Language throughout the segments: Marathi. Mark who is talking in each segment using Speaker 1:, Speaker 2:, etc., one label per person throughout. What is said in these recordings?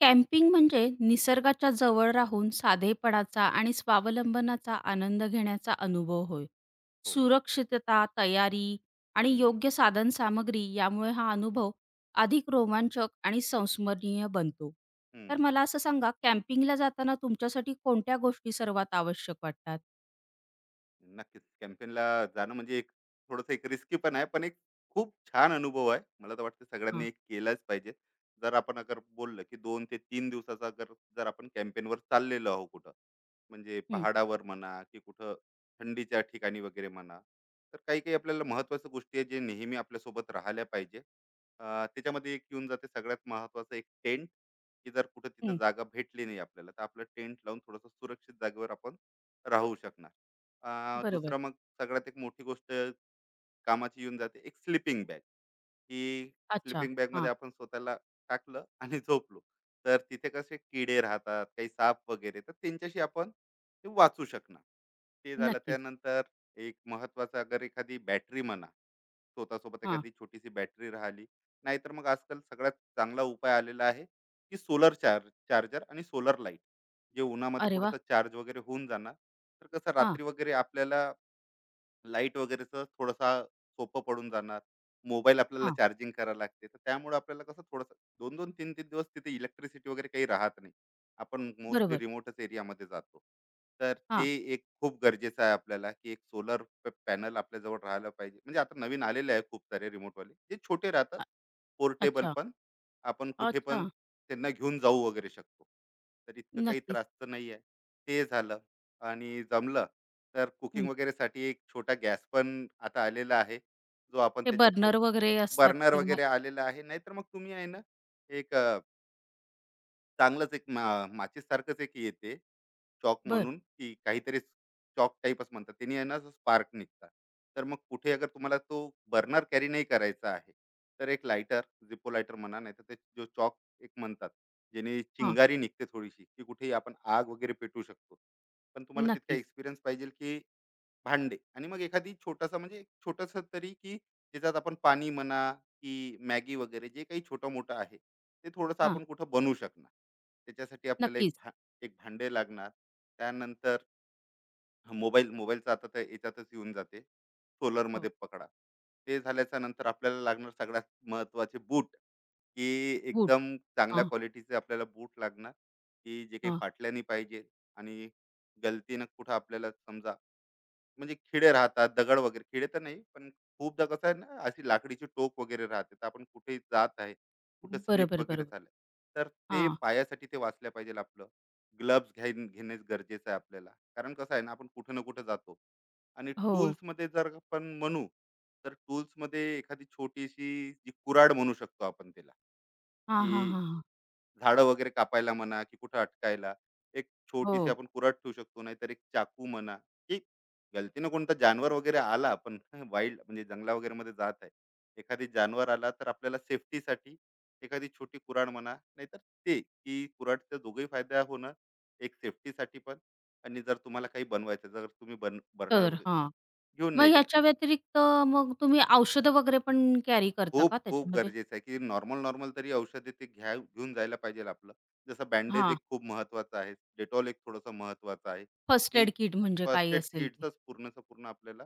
Speaker 1: कॅम्पिंग म्हणजे निसर्गाच्या जवळ राहून साधेपणाचा आणि स्वावलंबनाचा आनंद घेण्याचा अनुभव होय.
Speaker 2: हो.
Speaker 1: सुरक्षितता, तयारी आणि
Speaker 2: हं,
Speaker 1: योग्य साधन सामग्री यामुळे हा अनुभव अधिक रोमांचक आणि संस्मरणीय बनतो. तर
Speaker 2: हं.
Speaker 1: मला असं सांगा कॅम्पिंगला जाताना तुमच्यासाठी कोणत्या गोष्टी सर्वात आवश्यक वाटतात?
Speaker 2: नक्कीच. कॅम्पेनला जाणं म्हणजे एक थोडंसं एक रिस्की पण आहे, पण एक खूप छान अनुभव आहे. मला तर वाटतं सगळ्यांनी
Speaker 1: हां.
Speaker 2: एक केलाच पाहिजे. जर आपण अगर बोललं, की 2 ते तीन दिवसाचा अगर जर आपण कॅम्पेनवर चाललेलो आहोत कुठं, म्हणजे
Speaker 1: हं,
Speaker 2: पहाडावर म्हणा की कुठं थंडीच्या ठिकाणी वगैरे म्हणा, तर काही-काही आपल्याला महत्त्वाच्या गोष्टी आहेत, जे नेहमी आपल्यासोबत राहिल्या पाहिजे. अ, त्याच्यामध्ये एक येऊन जाते सगळ्यात महत्त्वाचं, एक टेंट, की जर कुठं तिथं
Speaker 1: हं.
Speaker 2: जागा भेटली नाही आपल्याला, तर आपलं टेंट लावून थोडंसं सुरक्षित जागेवर आपण राहू शकणार.
Speaker 1: बरोबर.
Speaker 2: दुसरं मग सगळ्यात एक मोठी गोष्ट कामाची येऊन जाते, एक स्लिपिंग बॅग, की
Speaker 1: अच्छा.
Speaker 2: स्लिपिंग बॅग
Speaker 1: हां.
Speaker 2: मध्ये आपण स्वतःला टाकलं आणि झोपलो, तर तिथे कसे किडे राहतात, काही साप वगैरे, तर त्यांच्याशी आपण ते वाचू शकणार. ते झालं.
Speaker 1: नक्कीच.
Speaker 2: त्यानंतर एक महत्वाचं, अगर एखादी बॅटरी म्हणा, स्वतःसोबत
Speaker 1: हां.
Speaker 2: एखादी छोटीशी बॅटरी राहिली, नाहीतर मग आजकाल सगळ्यात चांगला उपाय आलेला आहे, की सोलर चार्जर आणि सोलर लाईट, जे उन्हामध्ये
Speaker 1: अरे वाह!
Speaker 2: थोडासा चार्ज वगैरे होऊन जाणार. तर कसं
Speaker 1: हां,
Speaker 2: रात्री वगैरे आपल्याला लाईट वगैरेचं थोडासा सोपं पडून जाणार. मोबाईल आपल्याला
Speaker 1: हां.
Speaker 2: चार्जिंग करायला लागते, तर त्यामुळे आपल्याला कसं थोडंसं, दोन दोन तीन तीन दिवस तिथे इलेक्ट्रिसिटी वगैरे काही राहत नाही, आपण मोस्टली
Speaker 1: बरोबर.
Speaker 2: रिमोटच एरियामध्ये जातो. तर ते
Speaker 1: हां.
Speaker 2: एक खूप गरजेचं आहे आपल्याला, की एक सोलर पॅनल आपल्याजवळ राहायला पाहिजे. म्हणजे आता नवीन आलेले आहे खूप सारे रिमोटवाले, जे छोटे राहतात,
Speaker 1: अ
Speaker 2: पोर्टेबल
Speaker 1: अच्छा.
Speaker 2: पण, आपण कुठे पण
Speaker 1: अच्छा.
Speaker 2: त्यांना घेऊन जाऊ वगैरे शकतो. तर इतकं काही
Speaker 1: नक्कीच.
Speaker 2: त्रासचं नाही आहे. ते झालं. आणि जमलं तर कुकिंग वगैरेसाठी एक छोटा गॅस पण आता आलेला आहे, जो आपण
Speaker 1: ते
Speaker 2: त्याच्यात
Speaker 1: बर्नर वगैरे असतात
Speaker 2: बर्नर
Speaker 1: किंवा
Speaker 2: वगैरे आलेला आहे. नाहीतर मग तुम्ही आहे ना, एक चांगलंच एक माचीससारखंच एक येते, चॉक
Speaker 1: बरं.
Speaker 2: म्हणून, की काहीतरी चॉक टाईपच म्हणतात. त्यानी आहे ना स्पार्क निघतात. तर मग कुठे अगर तुम्हाला तो बर्नर कॅरी नाही करायचा आहे, तर एक लायटर, Zippo लायटर म्हणा, नाहीतर ते जो चॉक एक म्हणतात, ज्याने
Speaker 1: हां,
Speaker 2: चिंगारी निघते थोडीशी, की कुठेही आपण आग वगैरे पेटवू शकतो. पण तुम्हाला तितका
Speaker 1: नक्कीच.
Speaker 2: एक्सपिरियन्स पाहिजे, की भांडे. आणि मग एखादी छोटासा, म्हणजे एक छोटस तरी, की ज्याच्यात आपण पाणी म्हणा, की मॅगी वगैरे जे काही छोटं मोठं आहे ते थोडंसं
Speaker 1: हां,
Speaker 2: आपण कुठं बनवू शकणार, त्याच्यासाठी आपल्याला एक
Speaker 1: नक्कीच.
Speaker 2: एक भांडे लागणार. त्यानंतर मोबाईलचा आता तर याच्यातच येऊन जाते,
Speaker 1: हो,
Speaker 2: सोलरमध्ये पकडा. ते झाल्याच्या नंतर आपल्याला लागणार सगळ्यात महत्त्वाचे, बूट, की
Speaker 1: वूड.
Speaker 2: एकदम चांगल्या
Speaker 1: हां,
Speaker 2: क्वालिटीचे आपल्याला बूट लागणार, की जे काही
Speaker 1: हां.
Speaker 2: फाटल्या नाही पाहिजे. आणि गलतीनं कुठं आपल्याला समजा, म्हणजे खिडे राहतात, दगड वगैरे, खिडे तर नाही, पण खूपदा कसं आहे ना, अशी लाकडीची टोक वगैरे राहते, तर आपण कुठेही जात आहे, कुठे स्लिप
Speaker 1: बरोबर,
Speaker 2: वगैरे
Speaker 1: बरोबर.
Speaker 2: झालं, तर ते
Speaker 1: हां,
Speaker 2: पायासाठी ते वाचलं पाहिजे आपलं. ग्लव्हज घ्यायन घेणे गरजेचं आहे आपल्याला. कारण कसं आहे ना, आपण कुठं ना कुठं जातो. आणि
Speaker 1: हो.
Speaker 2: टूल्समध्ये जर आपण म्हणू, तर टूल्समध्ये एखादी छोटीशी जी कुऱ्हाड म्हणू शकतो आपण त्याला,
Speaker 1: हां,
Speaker 2: की
Speaker 1: हां, हां, हां.
Speaker 2: झाडं वगैरे कापायला म्हणा, की कुठं अटकायला, एक
Speaker 1: हो,
Speaker 2: छोटीशी आपण कुऱ्हाड ठेवू शकतो, नाहीतर एक चाकू म्हणा, की गलतीनं कोणता जानवर वगैरे आला पण, वाईल्ड, म्हणजे जंगला वगैरे मध्ये जात आहे, एखादी जानवर आला तर आपल्याला सेफ्टीसाठी एखादी छोटी कुऱ्हाड म्हणा, नाहीतर ते, की कुऱ्हाडचा दोघंही फायदा होणं, एक सेफ्टीसाठी पण, आणि जर तुम्हाला काही बनवायचं, जर तुम्ही बर्नर
Speaker 1: तर हां.
Speaker 2: घेऊन
Speaker 1: मग
Speaker 2: नाही गेला.
Speaker 1: ह्याच्या व्यतिरिक्त मग तुम्ही औषधं वगैरे पण कॅरी करता
Speaker 2: खूप
Speaker 1: का
Speaker 2: खूप
Speaker 1: त्याच्यामध्ये?
Speaker 2: गरजेचं आहे, की नॉर्मल, नॉर्मल तरी औषधे ते घ्या, घेऊन जायला पाहिजे आपलं. जसं बँडेज
Speaker 1: हां,
Speaker 2: एक खूप महत्त्वाचं आहे. डेटॉल एक थोडंसं महत्त्वाचं आहे,
Speaker 1: फर्स्ट
Speaker 2: की
Speaker 1: एड किट म्हणजे
Speaker 2: फर्स्ट
Speaker 1: काही
Speaker 2: एड
Speaker 1: असेल ते.
Speaker 2: किटचंच पूर्णचं पूर्ण आपल्याला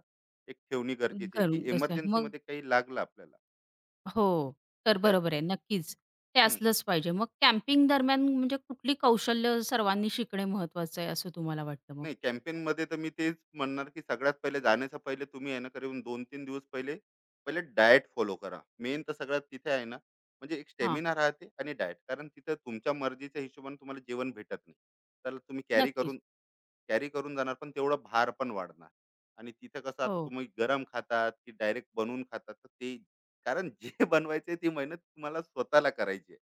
Speaker 2: एक ठेवणी गरजेची आहे,
Speaker 1: घरून
Speaker 2: की
Speaker 1: कसं मग
Speaker 2: एमर्जन्सीमध्ये काही लागलं आपल्याला,
Speaker 1: हो,
Speaker 2: तर
Speaker 1: तर बरोबर
Speaker 2: त्यासाठी.
Speaker 1: आहे. नक्कीच. ते असलंच पाहिजे. मग कॅम्पिंग दरम्यान म्हणजे कुठली कौशल्य सर्वांनी शिकणे महत्वाचं आहे असं तुम्हाला वाटतं मग?
Speaker 2: नाही, कॅम्पेन मध्ये तर मी तेच म्हणणार, की सगळ्यात पहिले, जाण्याच्या पहिले तुम्ही आहे ना, करून दोन तीन दिवस पहिले पहिले डाएट फॉलो करा, मेन तर सगळ्यात तिथे आहे ना, म्हणजे एक
Speaker 1: हां,
Speaker 2: स्टेमिना राहते, आणि डाएट, कारण तिथं तुमच्या मर्जीच्या हिशोबाने तुम्हाला जेवण भेटत नाही. तर तुम्ही कॅरी
Speaker 1: नक्कीच.
Speaker 2: करून कॅरी करून जाणार, पण तेवढा भार पण वाढणार. आणि तिथं कसं, आता
Speaker 1: हो.
Speaker 2: तुम्ही गरम खातात की डायरेक्ट बनवून खातात, तर ते, कारण जे बनवायचे, ती मेहनत तुम्हाला स्वतःला करायची आहे.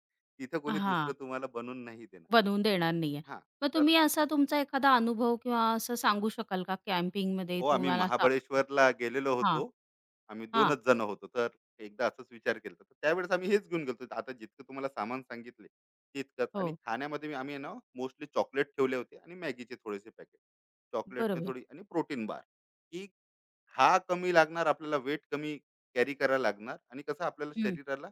Speaker 2: तिथं कोणी दुसरं
Speaker 1: हां,
Speaker 2: तुम्हाला बनवून नाही देणार.
Speaker 1: बनवून देणार नाहीये.
Speaker 2: हा.
Speaker 1: मग
Speaker 2: तर
Speaker 1: तुम्ही असा तुमचा एखादा अनुभव किंवा असं सांगू शकाल का कॅम्पिंगमध्ये
Speaker 2: हो, आम्ही
Speaker 1: तुम्हाला असा
Speaker 2: महाबळेश्वरला गेलेलो
Speaker 1: हां,
Speaker 2: होतो. आम्ही
Speaker 1: हां.
Speaker 2: 2च जण होतो. तर एकदा असंच विचार केला, तर त्यावेळेस आम्ही हेच घेऊन गेलो, आता जितकं तुम्हाला सामान सांगितले तितकंच. आणि
Speaker 1: हो,
Speaker 2: खाण्यामध्ये आम्ही आहे ना, मोस्टली चॉकलेट ठेवले होते, आणि मॅगीचे थोडेसे पॅकेट. चॉकलेटने
Speaker 1: बरोबर.
Speaker 2: थोडी, आणि प्रोटीन बार. ही, हा कमी लागणार आपल्याला, वेट कमी कॅरी करायला लागणार, आणि कसं आपल्याला
Speaker 1: हं,
Speaker 2: शरीराला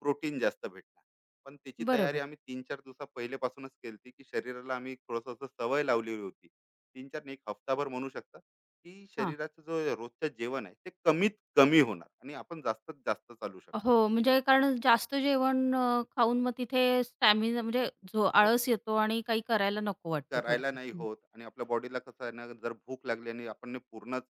Speaker 2: प्रोटीन जास्त भेटणार. पण त्याची तयारी
Speaker 1: बरोबर.
Speaker 2: आम्ही 3-4 दिवसा पहिलेपासूनच केली, की शरीराला आम्ही थोडस असं सवय लावलेली होती. तीन चार नाही, एक हफ्ताभर म्हणू शकता, की
Speaker 1: हां.
Speaker 2: शरीराचं जो रोजचं जेवण आहे, ते कमीत कमी होणार, आणि आपण जास्तीत जास्त चालू शकणार.
Speaker 1: हो, म्हणजे कारण जास्त जेवण खाऊन मग तिथे स्टॅमिना म्हणजे झो
Speaker 2: हो,
Speaker 1: आळस येतो आणि काही करायला नको वाटतं
Speaker 2: करायला
Speaker 1: थोडक्यात.
Speaker 2: नाही
Speaker 1: हं.
Speaker 2: होत, आणि आपल्या बॉडीला कसं आहे ना, जर भूक लागली, आणि आपण ने पूर्णच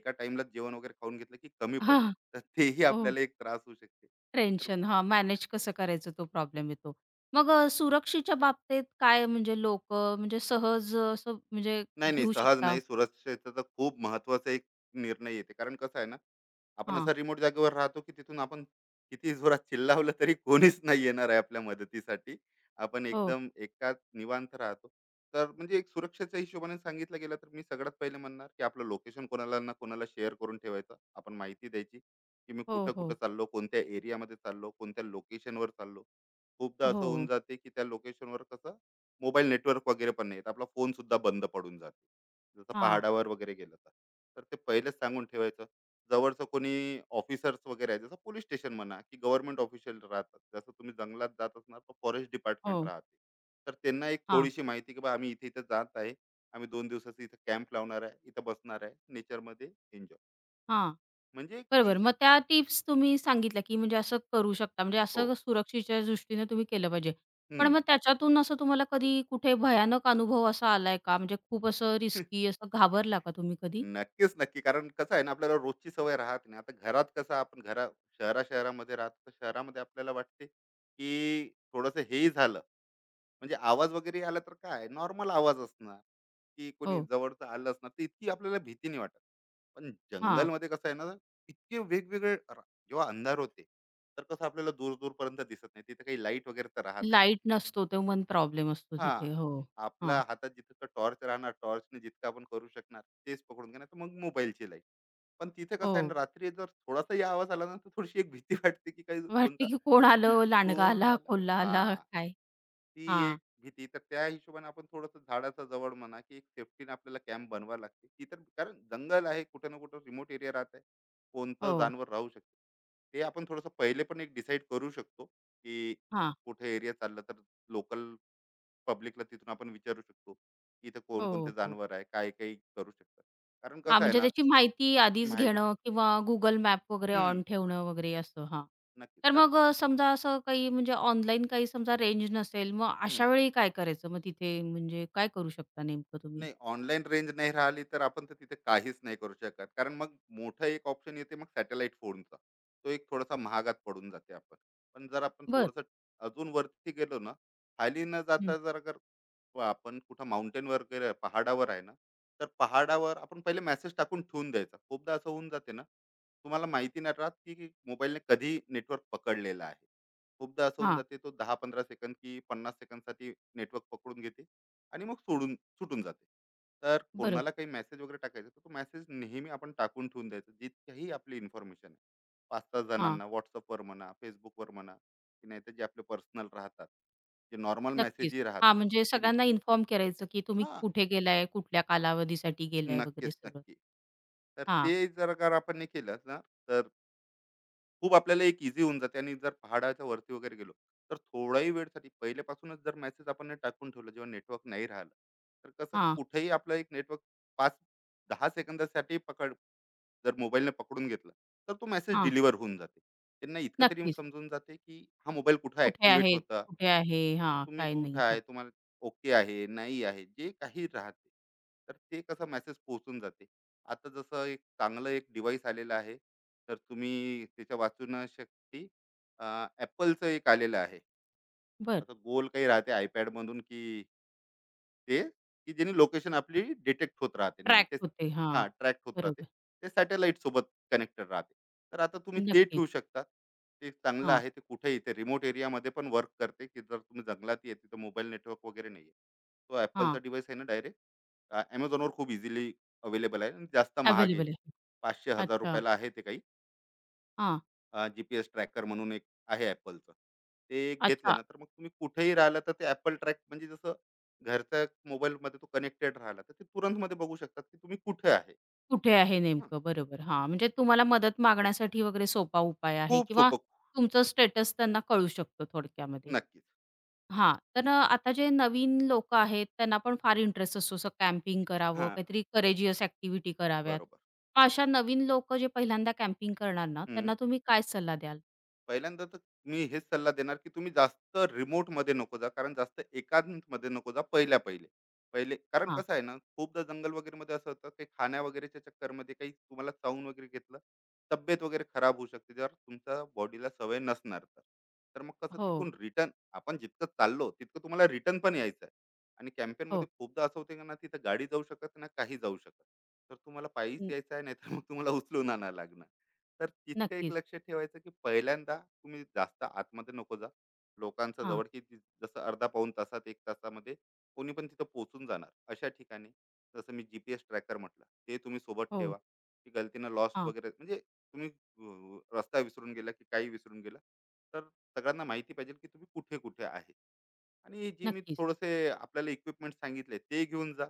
Speaker 2: एका टाइमला जेवण वगैरे खाऊन घेतलं, की कमी पडलं,
Speaker 1: हां,
Speaker 2: तर तेही
Speaker 1: हो.
Speaker 2: आपल्याला एक त्रास होऊ शकते.
Speaker 1: टेन्शन हां, मॅनेज कसं करायचं तो प्रॉब्लेम येतो. मग सुरक्षेच्या बाबतीत काय म्हणजे लोकं म्हणजे सहज असं म्हणजे
Speaker 2: नाही, नाही.
Speaker 1: घेऊ
Speaker 2: सहज
Speaker 1: शकता?
Speaker 2: नाही. सुरक्षेचं तर खूप महत्त्वाचा एक निर्णय येते. कारण कसं आहे ना, आपण
Speaker 1: हां,
Speaker 2: असा रिमोट जागेवर राहतो, की तिथून आपण किती जोरात चिल्लावलं तरी कोणीच नाही येणार आहे आपल्या मदतीसाठी. आपण
Speaker 1: हो.
Speaker 2: एकदम एकाच निवांत राहतो. तर म्हणजे एक सुरक्षेच्या हिशोबाने सांगितलं गेलं तर मी सगळ्यात पहिले म्हणणार, की आपलं लोकेशन कोणाला ना कोणाला शेअर करून ठेवायचं. आपण माहिती द्यायची, की मी
Speaker 1: हो, हो.
Speaker 2: कुठं-कुठं चाललो, कोणत्या एरियामध्ये चाललो, कोणत्या लोकेशनवर चाललो. खूपदा असं
Speaker 1: हो.
Speaker 2: होऊन जाते, की त्या लोकेशनवर कसं मोबाईल नेटवर्क वगैरे पण नाही, आपला फोन सुद्धा बंद पडून जातो. जसं
Speaker 1: हां.
Speaker 2: पहाडावर वगैरे गेलं तर. तर ते पहिलेच सांगून ठेवायचं. जवळचं कोणी ऑफिसर्स वगैरे आहे, जसं पोलीस स्टेशन म्हणा, की गव्हर्नमेंट ऑफिशियल राहतात. जसं तुम्ही जंगलात जात असणार, तर फॉरेस्ट डिपार्टमेंट
Speaker 1: हो.
Speaker 2: राहते. तर त्यांना एक
Speaker 1: हां,
Speaker 2: थोडीशी माहिती, की बा आम्ही इथे-इथे जात आहे. आम्ही 2 दिवसाचा इथे कॅम्प लावणार आहे. इथं बसणार आहे. नेचरमध्ये एन्जॉय.
Speaker 1: हां.
Speaker 2: म्हणजे
Speaker 1: बरोबर.
Speaker 2: की.
Speaker 1: मग त्या टिप्स तुम्ही सांगितल्या, की म्हणजे असं करू शकता. म्हणजे
Speaker 2: हो.
Speaker 1: असं सुरक्षेच्या दृष्टीने तुम्ही केलं पाहिजे. पण
Speaker 2: हं.
Speaker 1: मग त्याच्यातून असं तुम्हाला कधी कुठे भयानक अनुभव असा आलाय का? म्हणजे खूप असं रिस्की असं घाबरला का तुम्ही कधी?
Speaker 2: नक्कीच, नक्की. कारण कसं आहे ना, आपल्याला रोजची सवय राहत नाही. आता घरात कसं, आपण शहरा-शहरामध्ये राहतो, तर शहरामध्ये आपल्याला वाटते, की थोडंसं हेही झालं, म्हणजे आवाज वगैरे आला तर काय, नॉर्मल आवाज असणार, की कोणी
Speaker 1: हो.
Speaker 2: जवळचं आलं असणार, तर इतकी आपल्याला भीती नाही वाटत. पण
Speaker 1: हां.
Speaker 2: जंगलमध्ये कसं आहे ना, इतके वेगवेगळे जेव्हा अंधार होते, तर कसं आपल्याला दूर-दूरपर्यंत दिसत नाही. तिथे काही लाईट वगैरे तर राहत नाही.
Speaker 1: लाईट नसतो तो पण प्रॉब्लेम असतो
Speaker 2: हा,
Speaker 1: तिथे. हो. हां.
Speaker 2: आपल्या हातात जितकं टॉर्च राहणार, टॉर्चने जितकं आपण करू शकणार, तेच पकडून घेणार, तर मग मोबाईलची लाईट. पण तिथे कसं आहे ना,
Speaker 1: हो.
Speaker 2: रात्री जर थोडासाही आवाज आला ना, तर थोडीशी एक भीती वाटते, की काही
Speaker 1: वाटते
Speaker 2: कोणता
Speaker 1: की कोण आलं? लांडगा
Speaker 2: कोण
Speaker 1: आला,
Speaker 2: आला.
Speaker 1: कोल्हा आला,
Speaker 2: हा,
Speaker 1: काय?
Speaker 2: ती
Speaker 1: हां.
Speaker 2: एक भीती. तर त्या हिशोबाने आपण थोडंसं झाडाचा जवळ म्हणा, की एक सेफ्टीने आपल्याला कॅम्प बनवा लागते. ती तर, कारण जंगल आहे, कुठं ना कुठं रिमोट एरिया राहत आहे, कोणतं
Speaker 1: हो.
Speaker 2: जानवर राहू शकते. ते आपण थोडंसं पहिले पण एक डिसाईड करू शकतो, की
Speaker 1: हां.
Speaker 2: कुठे एरिया चाललं, तर लोकल पब्लिकला तिथून आपण विचारू शकतो, की इथं कोणकोणते
Speaker 1: हो, हो.
Speaker 2: जानवर आहे, काय काय करू शकतात. कारण
Speaker 1: हां,
Speaker 2: कसं आहे
Speaker 1: म्हणजे
Speaker 2: ना,
Speaker 1: त्याची माहिती आधीच
Speaker 2: माहिती.
Speaker 1: घेणं किंवा Google मॅप वगैरे
Speaker 2: हम्म
Speaker 1: ऑन ठेवणं वगैरे असं, हां.
Speaker 2: नक्कीच,
Speaker 1: तर
Speaker 2: कारण.
Speaker 1: मग समजा असं काही म्हणजे ऑनलाईन काही समजा रेंज नसेल, मग
Speaker 2: हम्म
Speaker 1: अशा वेळी काय करायचं? मग तिथे म्हणजे काय करू शकता नेमकं तुम्ही?
Speaker 2: नाही, ऑनलाईन रेंज नाही राहिली तर आपण तर तिथे काहीच नाही करू शकत, कारण मग मोठं एक ऑप्शन येते, मग सॅटेलाइट फोनचा. तो एक थोडासा महागात पडून जाते आपण. पण जर आपण
Speaker 1: बरं.
Speaker 2: थोडंसं अजून वरती गेलो ना, खाली न
Speaker 1: हं.
Speaker 2: जाता, जर अगर आपण कुठं माउंटेन वगैरे पहाडावर आहे ना, तर पहाडावर आपण पहिले मेसेज टाकून ठेवून द्यायचा. खूपदा असं होऊन जाते ना, तुम्हाला माहिती नाही राहत, की मोबाईलने कधी नेटवर्क पकडलेलं आहे. खूपदा असं होऊन
Speaker 1: हां,
Speaker 2: जाते, तो 10-15 सेकंद, की 50 सेकंदसाठी नेटवर्क पकडून घेते, आणि मग सोडून सुटून जाते. तर कोणाला
Speaker 1: बरोबर.
Speaker 2: काही मेसेज वगैरे टाकायचा, तर तो मेसेज नेहमी आपण टाकून ठेवून द्यायचा, जितकीही आपली इन्फॉर्मेशन आहे, पाच सहा
Speaker 1: हां,
Speaker 2: जणांना व्हॉट्सअपवर म्हणा, फेसबुकवर म्हणा, की नाही तर जे आपले पर्सनल राहतात, जे नॉर्मल
Speaker 1: नक्कीच.
Speaker 2: मेसेजही
Speaker 1: हां,
Speaker 2: राहतात,
Speaker 1: म्हणजे
Speaker 2: की,
Speaker 1: सगळ्यांना इन्फॉर्म करायचं, की तुम्ही
Speaker 2: हां,
Speaker 1: कुठे गेलाय, कुठल्या कालावधीसाठी गेलाय वगैरे
Speaker 2: नक्कीच,
Speaker 1: सगळं.
Speaker 2: नक्की. तर ते
Speaker 1: हां,
Speaker 2: जर का आपण नाही केलं ना, तर खूप आपल्याला एक इझी होऊन जाते. आणि जर पहाडाच्या वरती वगैरे गेलो, तर थोडाही वेळसाठी पहिल्यापासूनच जर मेसेज आपण ने टाकून ठेवला, जेव्हा नेटवर्क नाही राहिलं, तर कसं
Speaker 1: हां,
Speaker 2: कुठेही आपलं एक नेटवर्क, 5-10 सेकंदासाठी पकड, जर मोबाईलने पकडून घेतला, तर तो मेसेज
Speaker 1: हां.
Speaker 2: डिलिव्हर होऊन जाते, त्यांना इतकं तरी
Speaker 1: नक्कीच.
Speaker 2: समजून जाते, की हा मोबाईल कुठं
Speaker 1: कुठे
Speaker 2: ऍक्टिव्हेट
Speaker 1: आहेत,
Speaker 2: होता,
Speaker 1: कुठे आहे? हां,
Speaker 2: तुम्ही
Speaker 1: काय
Speaker 2: कुठं
Speaker 1: नाही. हां,
Speaker 2: आहे, तुम्हाला ओके आहे, नाही आहे, जे काही राहते, तर ते कसं मेसेज पोहोचून जाते. आता जसं एक चांगलं एक डिव्हाइस आलेलं आहे, तर तुम्ही त्याच्या वाचण्यासाठी, अ, Appleचं एक आलेलं आहे.
Speaker 1: बरं.
Speaker 2: असं गोल काही राहते, iPadमधून, की ते, की ज्याने लोकेशन आपली डिटेक्ट होत राहते नेहमी.
Speaker 1: ट्रॅक
Speaker 2: तेच,
Speaker 1: होते. हां,
Speaker 2: हां, ट्रॅक होत राहते.
Speaker 1: बरोबर.
Speaker 2: ते सॅटेलाइटसोबत कनेक्टेड राहते. तर आता तुम्ही ते
Speaker 1: नक्कीच.
Speaker 2: ठेवू शकता. ते चांगलं
Speaker 1: हां.
Speaker 2: आहे. ते कुठेही ते रिमोट एरियामध्ये पण वर्क करते, की जर तुम्ही जंगलात आहे, तिथं मोबाईल नेटवर्क वगैरे नाहीये. तो Appleचा
Speaker 1: हां,
Speaker 2: डिव्हाइस आहे ना, डायरेक्ट Amazonवर खूप इझिली अवेलेबल आहे, आणि जास्त महागही
Speaker 1: अवेलेबल
Speaker 2: नाही.
Speaker 1: आहे.
Speaker 2: ₹500-1000
Speaker 1: अच्छा.
Speaker 2: ला आहे ते काही.
Speaker 1: हां.
Speaker 2: जीपीएस ट्रॅकर म्हणून एक आहे ऍपलचं. ते घेतलं
Speaker 1: अच्छा.
Speaker 2: ना, तर मग तुम्ही कुठेही राहिला, तर ते ऍपल ट्रॅक, म्हणजे जसं घरच्या mobile मध्ये तो कनेक्टेड राहिला, तर ते तुरंत मध्ये बघू शकतात, की तुम्ही कुठे आहे.
Speaker 1: कुठे आहे
Speaker 2: हं,
Speaker 1: नेमकं? बरोबर. हां, म्हणजे तुम्हाला मदत मागण्यासाठी वगैरे सोपा उपाय आहे
Speaker 2: खूप
Speaker 1: किंवा
Speaker 2: सोपं, खूप-.
Speaker 1: तुमचं स्टेटस त्यांना कळू शकतो थोडक्यामध्ये.
Speaker 2: नक्कीच.
Speaker 1: हां, तर आता जे नवीन लोकं आहेत त्यांना पण फार इंटरेस्ट असतो असं कॅम्पिंग
Speaker 2: हा,
Speaker 1: करावं, काहीतरी करेजियस ॲक्टिव्हिटी कराव्यात.
Speaker 2: बरोबर.
Speaker 1: मग अशा नवीन लोकं जे पहिल्यांदा कॅम्पिंग करणार ना,
Speaker 2: हम्म
Speaker 1: त्यांना तुम्ही काय सल्ला द्याल?
Speaker 2: पहिल्यांदा तर मी हेच सल्ला देणार, की तुम्ही जास्त रिमोट मध्ये नको जा, कारण जास्त एकांत मध्ये नको जा, पहिल्या पहिले पहिले कारण
Speaker 1: हां.
Speaker 2: कसं आहे ना, खूपदा जंगल वगैरे मध्ये असं होतं, काही खाण्या वगैरेच्या चक्करमध्ये काही तुम्हाला चावून वगैरे घेतलं, तब्येत वगैरे खराब होऊ शकते, जर तुमच्या बॉडीला सवय नसणार तर. तर मग कसं
Speaker 1: हो,
Speaker 2: तिथून रिटर्न, आपण जितकं चाललो तितकं तुम्हाला रिटर्न पण यायचं आहे. आणि कॅम्पेन मध्ये
Speaker 1: हो.
Speaker 2: खूपदा असं होते ना, तिथं गाडी जाऊ शकत ना, काही जाऊ शकत, तर तुम्हाला पायीच
Speaker 1: न
Speaker 2: यायचं आहे, नाही तर मग तुम्हाला उचलून आणायला लागणार. तर तितकं एक
Speaker 1: नक्कीच.
Speaker 2: लक्ष ठेवायचं, की पहिल्यांदा तुम्ही जास्त आतमध्ये नको जा, लोकांचं
Speaker 1: हां.
Speaker 2: जवळ, की ती- जसं अर्धा पाऊण तासात, एक तासामध्ये कोणी पण तिथं पोहोचून जाणार अशा ठिकाणी. जसं मी जीपीएस ट्रॅकर म्हटलं, ते तुम्ही सोबत ठेवा,
Speaker 1: हो.
Speaker 2: की गलतीनं लॉस्ट
Speaker 1: हां.
Speaker 2: वगैरे, म्हणजे तुम्ही रस्ता विसरून गेला, की काही विसरून गेला, तर सगळ्यांना माहिती पाहिजे, की तुम्ही कुठे कुठे आहे. आणि जी मी
Speaker 1: नक्कीच.
Speaker 2: थोडेसे आपल्याला इक्विपमेंट सांगितले, ते घेऊन जा.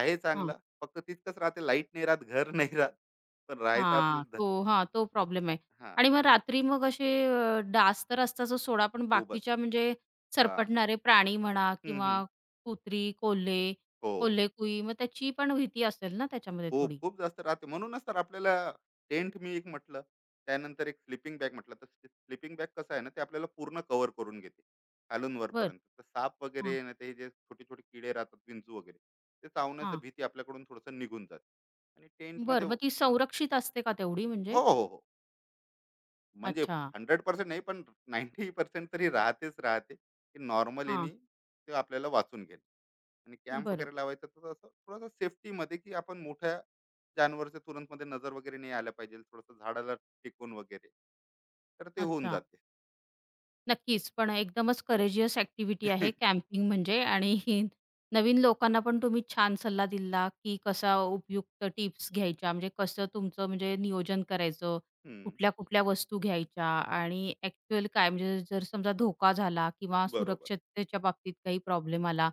Speaker 2: आहे
Speaker 1: हां.
Speaker 2: चांगला. फक्त तितकंच राहते, लाईट नाही राहत, घर नाही राहत, पण राहायचं आपलं
Speaker 1: हां, तो हां, तो प्रॉब्लेम आहे.
Speaker 2: हा.
Speaker 1: आणि मग रात्री मग असे डास तर असतातच सोडा, पण
Speaker 2: खूपच.
Speaker 1: बाकीच्या म्हणजे
Speaker 2: हां.
Speaker 1: सरपटणारे प्राणी म्हणा
Speaker 2: हं,
Speaker 1: किंवा
Speaker 2: हं.
Speaker 1: कुत्री, कोल्हे,
Speaker 2: हो.
Speaker 1: कोल्हे कुई मग त्याची पण भीती असेल ना त्याच्यामध्ये
Speaker 2: खूप,
Speaker 1: थोडी?
Speaker 2: खूप जास्त राहते. म्हणूनच तर आपल्याला टेंट मी एक म्हटलं. त्यानंतर एक स्लिपिंग बॅग म्हटलं. तर स्लीपिंग बॅग कसं आहे ना, ते आपल्याला पूर्ण कव्हर करून घेते, खालून
Speaker 1: बर,
Speaker 2: वरपर्यंत. तर साप
Speaker 1: हां,
Speaker 2: वगैरे ना, ते जे छोटे-छोटे किडे राहतात, विंचू वगैरे, ते चावण्याची
Speaker 1: हां.
Speaker 2: भीती आपल्याकडून थोडंसं निघून जाते. आणि टेंटमध्ये.
Speaker 1: बरं, मग ती संरक्षित असते का तेवढी
Speaker 2: हो,
Speaker 1: म्हणजे?
Speaker 2: हो, हो. म्हणजे
Speaker 1: अच्छा.
Speaker 2: 100% नाही, पण 90% तरी राहतेच राहते, की नॉर्मल
Speaker 1: हां,
Speaker 2: यानी ते आपल्याला वाचून घेणं. आणि कॅम्प
Speaker 1: बरं.
Speaker 2: वगैरे लावायचं तर असं थोडंसं safety मध्ये, की आपण मोठ्या जानवरच्या तुरंत मध्ये नजर वगैरे नाही आल्या पाहिजे, थोडंसं झाडाला टिकून वगैरे, तर ते होऊन
Speaker 1: अच्छा.
Speaker 2: जाते.
Speaker 1: नक्कीच. पण एकदमच करेजियस ॲक्टिव्हिटी आहे कॅम्पिंग म्हणजे आणि ही नवीन लोकांना पण तुम्ही छान सल्ला दिला, की कसा उपयुक्त टिप्स घ्यायच्या, म्हणजे कसं तुमचं म्हणजे नियोजन करायचं,
Speaker 2: हम्म,
Speaker 1: कुठल्या-कुठल्या वस्तू घ्यायच्या आणि ॲक्चुअल काय म्हणजे जर समजा धोका झाला किंवा
Speaker 2: बरोबर
Speaker 1: सुरक्षिततेच्या बाबतीत काही प्रॉब्लेम आला,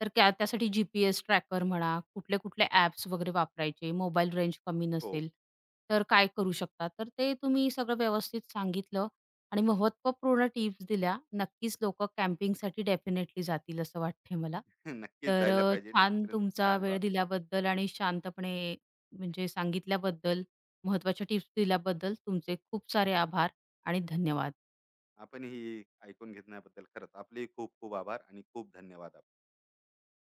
Speaker 1: तर त्या त्यासाठी GPS ट्रॅकर म्हणा, कुठले-कुठले ॲप्स वगैरे वापरायचे, मोबाईल रेंज कमी
Speaker 2: हो.
Speaker 1: नसेल, तर काय करू शकता? तर ते तुम्ही सगळं व्यवस्थित सांगितलं. आणि महत्त्वपूर्ण टिप्स दिल्या. नक्कीच लोकं कॅम्पिंगसाठी डेफिनेटली जातील असं वाटतंय मला.
Speaker 2: नक्कीच
Speaker 1: तर
Speaker 2: जायला पाहिजे,
Speaker 1: छान
Speaker 2: एक्सपिरियन्स
Speaker 1: तुमचा
Speaker 2: छान
Speaker 1: वेळ
Speaker 2: राहते.
Speaker 1: दिल्याबद्दल आणि शांतपणे म्हणजे सांगितल्याबद्दल, महत्त्वाच्या टिप्स दिल्याबद्दल तुमचे खूप सारे आभार आणि धन्यवाद.
Speaker 2: आपण ही ऐकून घेतल्याबद्दल खरंच आपले खूप खूप आभार आणि खूप धन्यवाद.